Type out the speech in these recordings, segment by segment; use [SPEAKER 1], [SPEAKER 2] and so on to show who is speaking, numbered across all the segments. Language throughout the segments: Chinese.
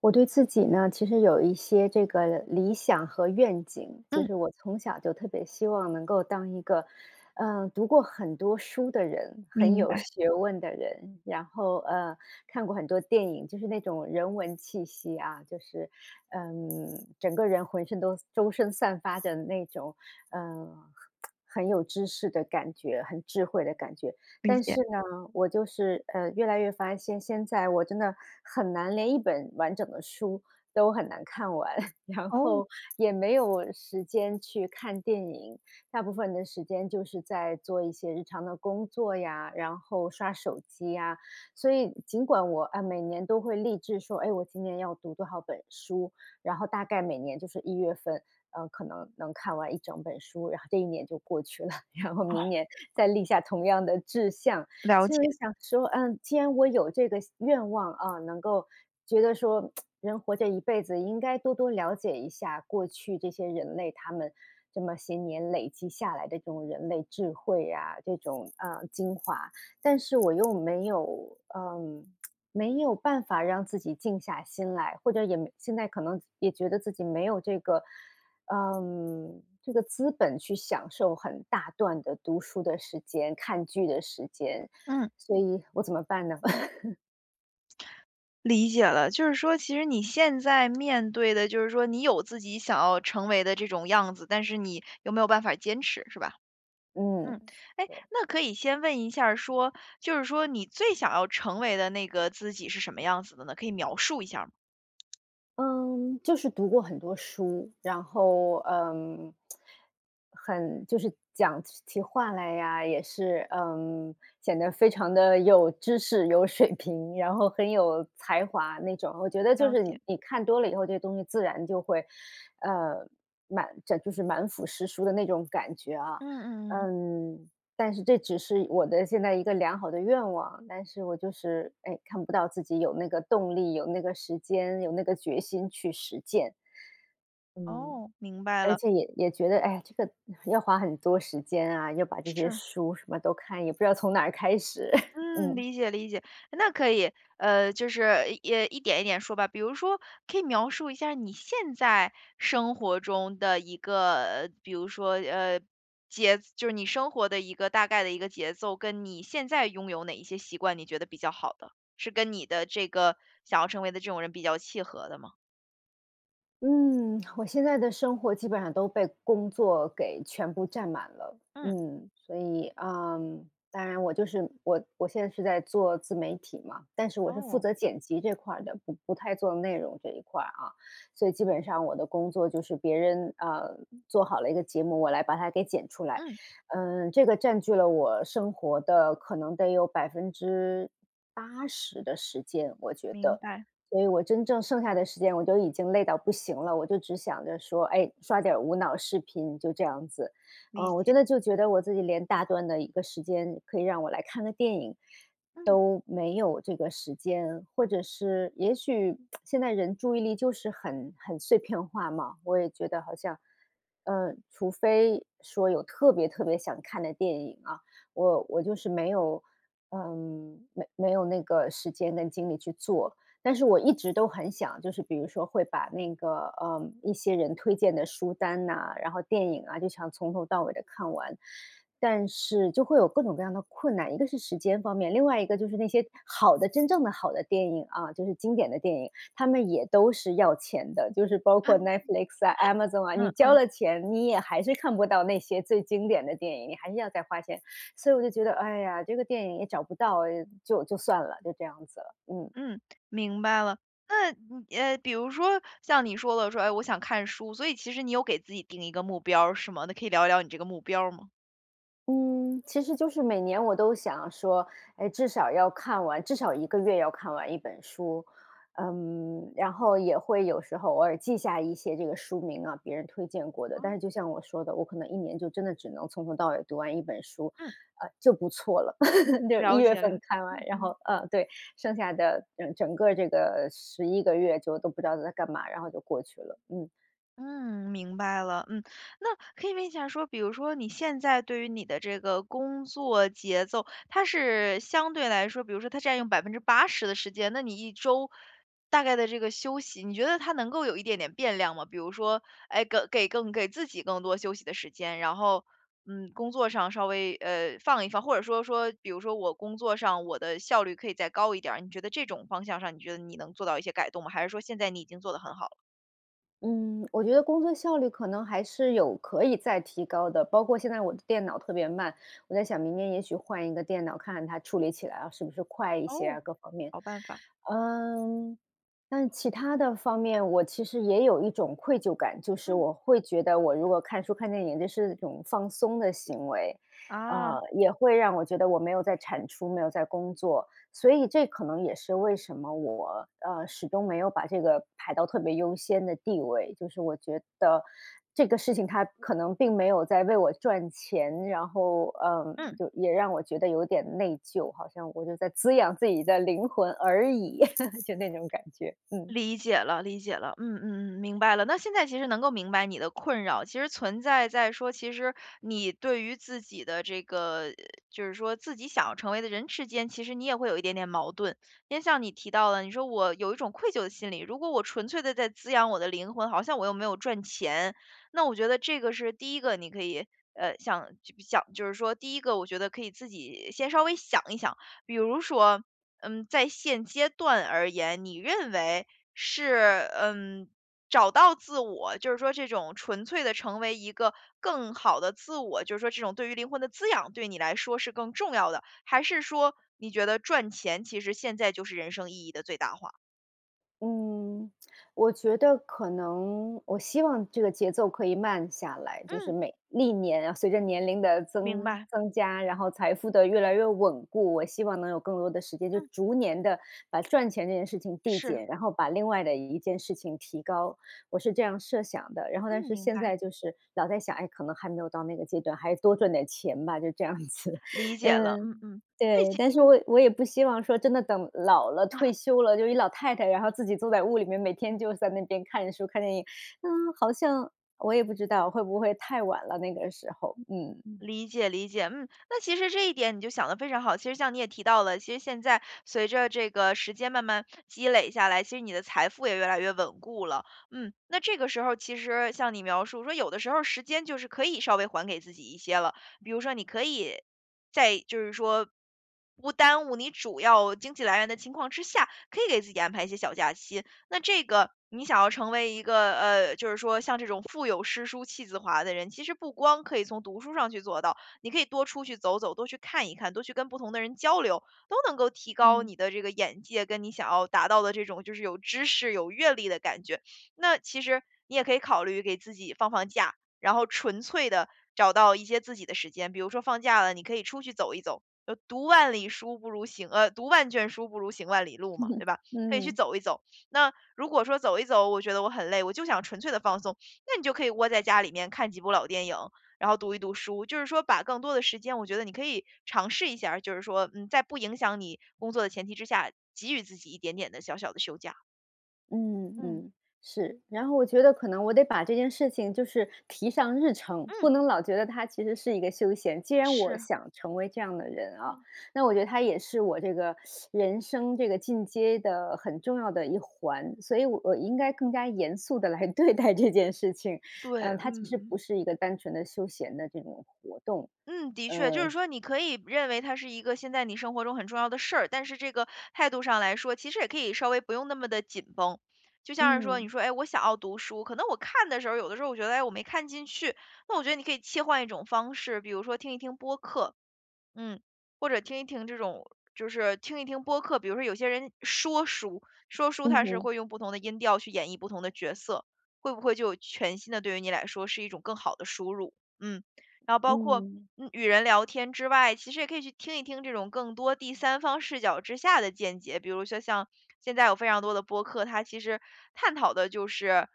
[SPEAKER 1] 我对自己呢，其实有一些这个理想和愿景，就
[SPEAKER 2] 嗯，
[SPEAKER 1] 是我从小就特别希望能够当一个，读过很多书的人，很
[SPEAKER 2] 明
[SPEAKER 1] 有
[SPEAKER 2] 白，
[SPEAKER 1] 学问的人，然后看过很多电影，就是那种人文气息啊，就是整个人浑身都周身散发着那种嗯、呃很有知识的感觉，很智慧的感觉。
[SPEAKER 2] 理
[SPEAKER 1] 但
[SPEAKER 2] 解。
[SPEAKER 1] 是呢，我越来越发现，现在我真的很难，连一本完整的书都很难看完，然
[SPEAKER 2] 哦，
[SPEAKER 1] 后也没有时间去看电影，大部分的时间就是在做一些日常的工作呀，然后刷手机呀。所以尽管我每年都会立志说，哎，我今年要读多少本书，然后大概每年就是一月份，可能能看完一整本书，然后这一年就过去了。然后
[SPEAKER 2] 哦，
[SPEAKER 1] 明年再立下同样的志向。
[SPEAKER 2] 了
[SPEAKER 1] 所以我
[SPEAKER 2] 解。
[SPEAKER 1] 就想说，嗯，既然我有这个愿望啊，能够觉得说人活着一辈子应该多多了解一下过去这些人类他们这么些年累积下来的这种人类智慧呀，这种，精华。但是我又没有没有办法让自己静下心来，或者也没现在可能也觉得自己没有这个这个资本去享受很大段的读书的时间、看剧的时间，
[SPEAKER 2] 嗯。
[SPEAKER 1] 所以我怎么办呢？
[SPEAKER 2] 理解了，就是说其实你现在面对的，就是说你有自己想要成为的这种样子，但是你又没有办法坚持，是吧？
[SPEAKER 1] 嗯。
[SPEAKER 2] 嗯，哎，那可以先问一下儿说，就是说你最想要成为的那个自己是什么样子的呢？可以描述一下儿吗？
[SPEAKER 1] 嗯，就是读过很多书，然后嗯，很就是讲起话来呀，也是显得非常的有知识、有水平，然后很有才华那种。我觉得就
[SPEAKER 2] 了
[SPEAKER 1] 是你
[SPEAKER 2] 解。
[SPEAKER 1] 你看多了以后，这东西自然就会，呃，满这就是满腹诗书的那种感觉啊。
[SPEAKER 2] 嗯嗯嗯，
[SPEAKER 1] 嗯，但是这只是我的现在一个良好的愿望，但是我就是，哎，看不到自己有那个动力、有那个时间、有那个决心去实践。嗯，
[SPEAKER 2] 哦。明白
[SPEAKER 1] 而
[SPEAKER 2] 了，
[SPEAKER 1] 且也觉得，哎，这个要花很多时间啊，要把这些
[SPEAKER 2] 是。
[SPEAKER 1] 书什么都看，也不知道从哪儿开始。
[SPEAKER 2] 嗯，
[SPEAKER 1] 嗯。
[SPEAKER 2] 理解理解，那可以，就是也一点一点说吧。比如说，可以描述一下你现在生活中的一个，比如说，就是你生活的一个大概的一个节奏，跟你现在拥有哪一些习惯，你觉得比较好的，是跟你的这个想要成为的这种人比较契合的吗？
[SPEAKER 1] 嗯，我现在的生活基本上都被工作给全部占满了。
[SPEAKER 2] 嗯
[SPEAKER 1] 嗯，所以，嗯，当然我现在是在做自媒体嘛，但是我是负
[SPEAKER 2] 哦，
[SPEAKER 1] 责剪辑这块儿的，不太做内容这一块儿啊。所以基本上我的工作就是别人啊做好了一个节目，我来把它给剪出来。
[SPEAKER 2] 嗯，
[SPEAKER 1] 嗯，这个占据了我生活的可能得有80%的时间，我觉
[SPEAKER 2] 明
[SPEAKER 1] 得。
[SPEAKER 2] 白，
[SPEAKER 1] 所以我真正剩下的时间，我就已经累到不行了，我就只想着说，哎，刷点儿无脑视频，就这样子。
[SPEAKER 2] 理
[SPEAKER 1] 嗯，我
[SPEAKER 2] 解。
[SPEAKER 1] 真的就觉得我自己连大段的一个时间，可以让我来看个电影，
[SPEAKER 2] 嗯
[SPEAKER 1] 都没有这个时间，或者是也许现在人注意力就是很碎片化嘛，我也觉得好像，除非说有特别特别想看的电影啊，我就是没有，没有那个时间跟精力去做。但是我一直都很想，就是比如说会把那个，一些人推荐的书单呐，然后电影啊，就想从头到尾的看完。但是就会有各种各样的困难，一个是时间方面，另外一个就是那些好的真正的好的电影啊，就是经典的电影，他们也都是要钱的，就是包括
[SPEAKER 2] 啊，
[SPEAKER 1] Netflix 啊、Amazon 啊，你
[SPEAKER 2] 嗯
[SPEAKER 1] 交
[SPEAKER 2] 嗯。
[SPEAKER 1] 了钱，你也还是看不到那些最经典的电影，你还是要再花钱。所以我就觉得，哎呀，这个电影也找不到，就算了，就这样子了，嗯。
[SPEAKER 2] 嗯，明白了。那你比如说像你说了说，哎，我想看书，所以其实你有给自己定一个目标儿是吗？那可以聊一聊你这个目标儿吗？
[SPEAKER 1] 嗯，其实就是每年我都想说，哎，至少要看完，至少一个月要看完一本书，嗯，然后也会有时候偶尔记下一些这个书名啊，别人推荐过的。但
[SPEAKER 2] 啊。
[SPEAKER 1] 是就像我说的，我可能一年就真的只能从头到尾读完一本书，
[SPEAKER 2] 嗯，
[SPEAKER 1] 就不错了。就一
[SPEAKER 2] 了
[SPEAKER 1] 月
[SPEAKER 2] 解了
[SPEAKER 1] 份
[SPEAKER 2] 解，
[SPEAKER 1] 看完，
[SPEAKER 2] 嗯
[SPEAKER 1] 然
[SPEAKER 2] 嗯。
[SPEAKER 1] 后呃，对，剩下的整个这个十一个月就都不知道在干嘛，然后就过去了。嗯。
[SPEAKER 2] 嗯，明白了。嗯，那可以问一下说，比如说你现在对于你的这个工作节奏，它是相对来说，比如说它占用80%的时间，那你一周大概的这个休息，你觉得它能够有一点点变量吗？比如说，哎，更给自己更多休息的时间，然后，工作上稍微放一放，或者说说，比如说我工作上我的效率可以再高一点儿，你觉得这种方向上，你觉得你能做到一些改动吗？还是说现在你已经做得很好了？
[SPEAKER 1] 嗯，我觉得工作效率可能还是有可以再提高的，包括现在我的电脑特别慢，我在想明年也许换一个电脑，看看它处理起来啊，是不是快一些
[SPEAKER 2] 哦，
[SPEAKER 1] 啊，各方面。
[SPEAKER 2] 好办法。
[SPEAKER 1] 嗯，但其他的方面，我其实也有一种愧疚感，就是
[SPEAKER 2] 嗯，
[SPEAKER 1] 我会觉得我如果看书、看电影，这是一种放松的行为，
[SPEAKER 2] 啊，
[SPEAKER 1] 也会让我觉得我没有在产出，没有在工作，所以这可能也是为什么我，始终没有把这个排到特别优先的地位，就是我觉得这个事情它可能并没有在为我赚钱，然后，嗯，
[SPEAKER 2] 嗯，
[SPEAKER 1] 就也让我觉得有点内疚，好像我就在滋养自己的灵魂而已，就那种感觉，嗯。
[SPEAKER 2] 理解了，理解了，嗯嗯嗯，明白了。那现在其实能够明白你的困扰，其实存在在说，其实你对于自己的这个，就是说自己想要成为的人之间，其实你也会有一点点矛盾。因为像你提到了，你说我有一种愧疚的心理，如果我纯粹的在滋养我的灵魂，好像我又没有赚钱，那我觉得这个是第一个，你可以。呃，想就想就是说，第一个，我觉得可以自己先稍微想一想，比如说，在现阶段而言，你认为是嗯，找到自我，就是说这种纯粹的成为一个更好的自我，就是说这种对于灵魂的滋养，对你来说是更重要的，还是说你觉得赚钱其实现在就是人生意义的最大化？
[SPEAKER 1] 嗯，我觉得可能我希望这个节奏可以慢下来，就是
[SPEAKER 2] 嗯，
[SPEAKER 1] 每历年啊，随着年龄的
[SPEAKER 2] 明
[SPEAKER 1] 增
[SPEAKER 2] 白，
[SPEAKER 1] 增加，然后财富的越来越稳固，我希望能有更多的时间，就
[SPEAKER 2] 嗯，
[SPEAKER 1] 逐年的把赚钱这件事情递
[SPEAKER 2] 是，
[SPEAKER 1] 减，然后把另外的一件事情提高，我是这样设想的。然后，但
[SPEAKER 2] 嗯，
[SPEAKER 1] 是
[SPEAKER 2] 明
[SPEAKER 1] 现
[SPEAKER 2] 白，
[SPEAKER 1] 在就是老在想，哎，可能还没有到那个阶段，还是多赚点钱吧，就这样子。
[SPEAKER 2] 理 解了，嗯
[SPEAKER 1] 嗯，
[SPEAKER 2] 嗯，最
[SPEAKER 1] 对，
[SPEAKER 2] 近，
[SPEAKER 1] 但是
[SPEAKER 2] 嗯。
[SPEAKER 1] 我也不希望说真的等老了、退
[SPEAKER 2] 啊。
[SPEAKER 1] 休了，就一老太太，然后自己坐在屋里面，每天就在那边看书、看电影。嗯，好像我也不知道会不会太晚了那个时候，嗯。
[SPEAKER 2] 理解理解，嗯，那其实这一点你就想的非常好。其实像你也提到了，其实现在随着这个时间慢慢积累下来，其实你的财富也越来越稳固了。嗯，那这个时候其实像你描述说，有的时候时间就是可以稍微还给自己一些了，比如说你可以在就是说不耽误你主要经济来源的情况之下，可以给自己安排一些小假期。那这个你想要成为一个就是说像这种腹有诗书气自华的人，其实不光可以从读书上去做到，你可以多出去走走，多去看一看，多去跟不同的人交流，都能够提高
[SPEAKER 1] 嗯。
[SPEAKER 2] 你的这个眼界，跟你想要达到的这种就是有知识、有阅历的感觉。那其实你也可以考虑给自己放放假，然后纯粹的找到一些自己的时间，比如说放假了，你可以出去走一走。呃，读万里书不如行，呃，读万卷书不如行万里路嘛，对吧？可以去
[SPEAKER 1] 嗯。
[SPEAKER 2] 走一走。那如果说走一走，我觉得我很累，我就想纯粹的放松，那你就可以窝在家里面看几部老电影，然后读一读书。就是说把更多的时间，我觉得你可以尝试一下儿就是说，在不影响你工作的前提之下，给予自己一点点的小小的休假。
[SPEAKER 1] 嗯
[SPEAKER 2] 嗯。
[SPEAKER 1] 嗯，是。然后我觉得可能我得把这件事情就是提上日程，
[SPEAKER 2] 嗯，
[SPEAKER 1] 不能老觉得它其实是一个休闲。既然我
[SPEAKER 2] 是，
[SPEAKER 1] 想成为这样的人啊，
[SPEAKER 2] 嗯。
[SPEAKER 1] 那我觉得它也是我这个人生这个进阶的很重要的一环，所以我应该更加严肃的来 对待这件事情。
[SPEAKER 2] 对，
[SPEAKER 1] 嗯，它
[SPEAKER 2] 嗯
[SPEAKER 1] 其实
[SPEAKER 2] 嗯。
[SPEAKER 1] 不是一个单纯的休闲的这种活动。
[SPEAKER 2] 嗯，的确，就是说你可以认为它是一个现在你生活中很重要的事儿，但是这个态度上来说，其实也可以稍微不用那么的紧绷。就像是说，你
[SPEAKER 1] 嗯，
[SPEAKER 2] 说，哎，我想要读书，可能我看的时候，有的时候我觉得，哎，我没看进去，那我觉得你可以切换一种方式，比如说听一听播客，嗯，或者听一听这种就是听一听播客，比如说有些人说书，说书
[SPEAKER 1] 嗯
[SPEAKER 2] 他是
[SPEAKER 1] 哼，
[SPEAKER 2] 会用不同的音调去演绎不同的角色，会不会就有全新的对于你来说是一种更好的输入？嗯，然后包括
[SPEAKER 1] 嗯，
[SPEAKER 2] 与人聊天之外，其实也可以去听一听这种更多第三方视角之下的见解，比如说像现在有非常多的播客，它其实探讨的就是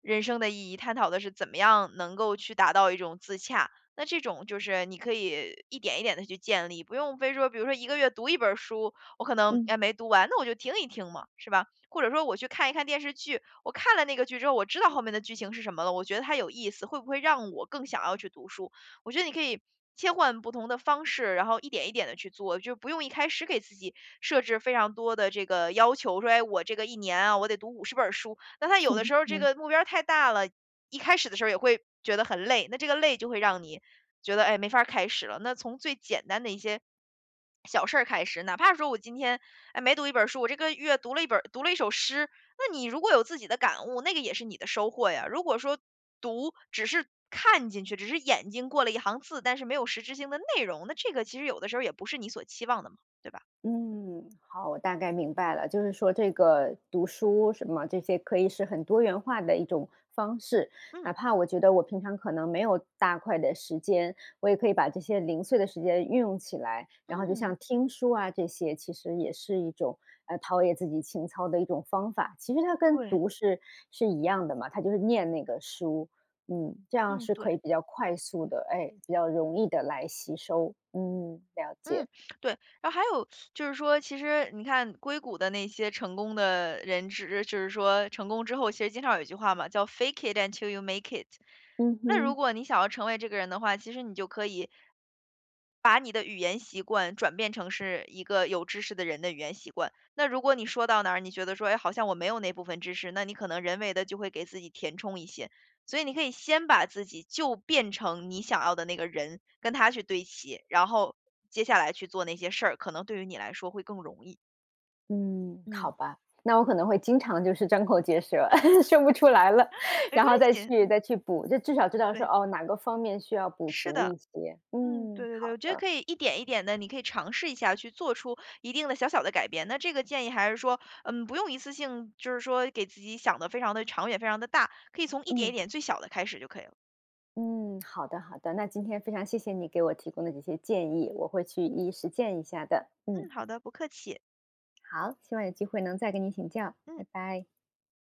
[SPEAKER 2] 人生的意义，探讨的是怎么样能够去达到一种自洽。那这种就是你可以一点一点的去建立，不用非说比如说一个月读一本儿书，我可能，
[SPEAKER 1] 嗯
[SPEAKER 2] 哎，没读完，那我就听一听嘛，是吧？或者说我去看一看电视剧，我看了那个剧之后，我知道后面的剧情是什么了，我觉得它有意思，会不会让我更想要去读书？我觉得你可以切换不同的方式，然后一点一点的去做，就不用一开始给自己设置非常多的这个要求，说，哎，我这个一年啊，我得读50本儿书。那他有的时候这
[SPEAKER 1] 嗯。
[SPEAKER 2] 个目标儿太大了，一开始的时候也会觉得很累，那这个累就会让你觉得，哎，没法儿开始了。那从最简单的一些小事儿开始，哪怕说我今天，哎，没读一本儿书，我这个月读了一首诗，那你如果有自己的感悟，那个也是你的收获呀。如果说读只是看进去，只是眼睛过了一行字，但是没有实质性的内容，那这个其实有的时候也不是你所期望的嘛，对吧？
[SPEAKER 1] 嗯，好，我大概明白了，就是说这个读书什么这些可以是很多元化的一种方式，
[SPEAKER 2] 嗯。
[SPEAKER 1] 哪怕我觉得我平常可能没有大块的时间，我也可以把这些零碎的时间运用起来，然后就
[SPEAKER 2] 嗯，
[SPEAKER 1] 像听书啊这些，其实也是一种陶冶自己情操的一种方法。其实它跟
[SPEAKER 2] 对，
[SPEAKER 1] 读是是一样的嘛，它就是念那个书，嗯，这样
[SPEAKER 2] 嗯，
[SPEAKER 1] 是
[SPEAKER 2] 对。
[SPEAKER 1] 可以比较快速的，哎，比较容易的来吸收。嗯，了
[SPEAKER 2] 嗯，
[SPEAKER 1] 解。
[SPEAKER 2] 对，然后还有就是说，其实你看硅谷的那些成功的人就是说成功之后，其实经常有一句话嘛，叫 "fake it until you make it"。
[SPEAKER 1] 嗯
[SPEAKER 2] 那如
[SPEAKER 1] 哼。
[SPEAKER 2] 果你想要成为这个人的话，其实你就可以把你的语言习惯转变成是一个有知识的人的语言习惯。那如果你说到哪儿，你觉得说，哎，好像我没有那部分知识，那你可能人为的就会给自己填充一些。所以你可以先把自己就变成你想要的那个人，跟他去对齐，然后接下来去做那些事儿，可能对于你来说会更容易。
[SPEAKER 1] 嗯，好
[SPEAKER 2] 嗯，
[SPEAKER 1] 吧，那我可能会经常就是张口结舌，说不出来了，
[SPEAKER 2] 没
[SPEAKER 1] 然
[SPEAKER 2] 关
[SPEAKER 1] 后
[SPEAKER 2] 系，
[SPEAKER 1] 再去补，就至少知道说，
[SPEAKER 2] 对，
[SPEAKER 1] 哦，哪个方面需要补
[SPEAKER 2] 是
[SPEAKER 1] 足
[SPEAKER 2] 的。
[SPEAKER 1] 一些。
[SPEAKER 2] 嗯，
[SPEAKER 1] 嗯，
[SPEAKER 2] 对对对，
[SPEAKER 1] 好
[SPEAKER 2] 我觉得
[SPEAKER 1] 的，
[SPEAKER 2] 可以一点一点的，你可以尝试一下去做出一定的小小的改变。那这个建议还是说，不用一次性就是说给自己想的非常的长远、非常的大，可以从一点一
[SPEAKER 1] 嗯
[SPEAKER 2] 点最小的开始就可以了。
[SPEAKER 1] 嗯，好的好的，那今天非常谢谢你给我提供的这些建议，我会去一一实践一下的。嗯，
[SPEAKER 2] 嗯，好的，不客气，
[SPEAKER 1] 好，希望有机会能再跟你请教，
[SPEAKER 2] 嗯。
[SPEAKER 1] 拜拜。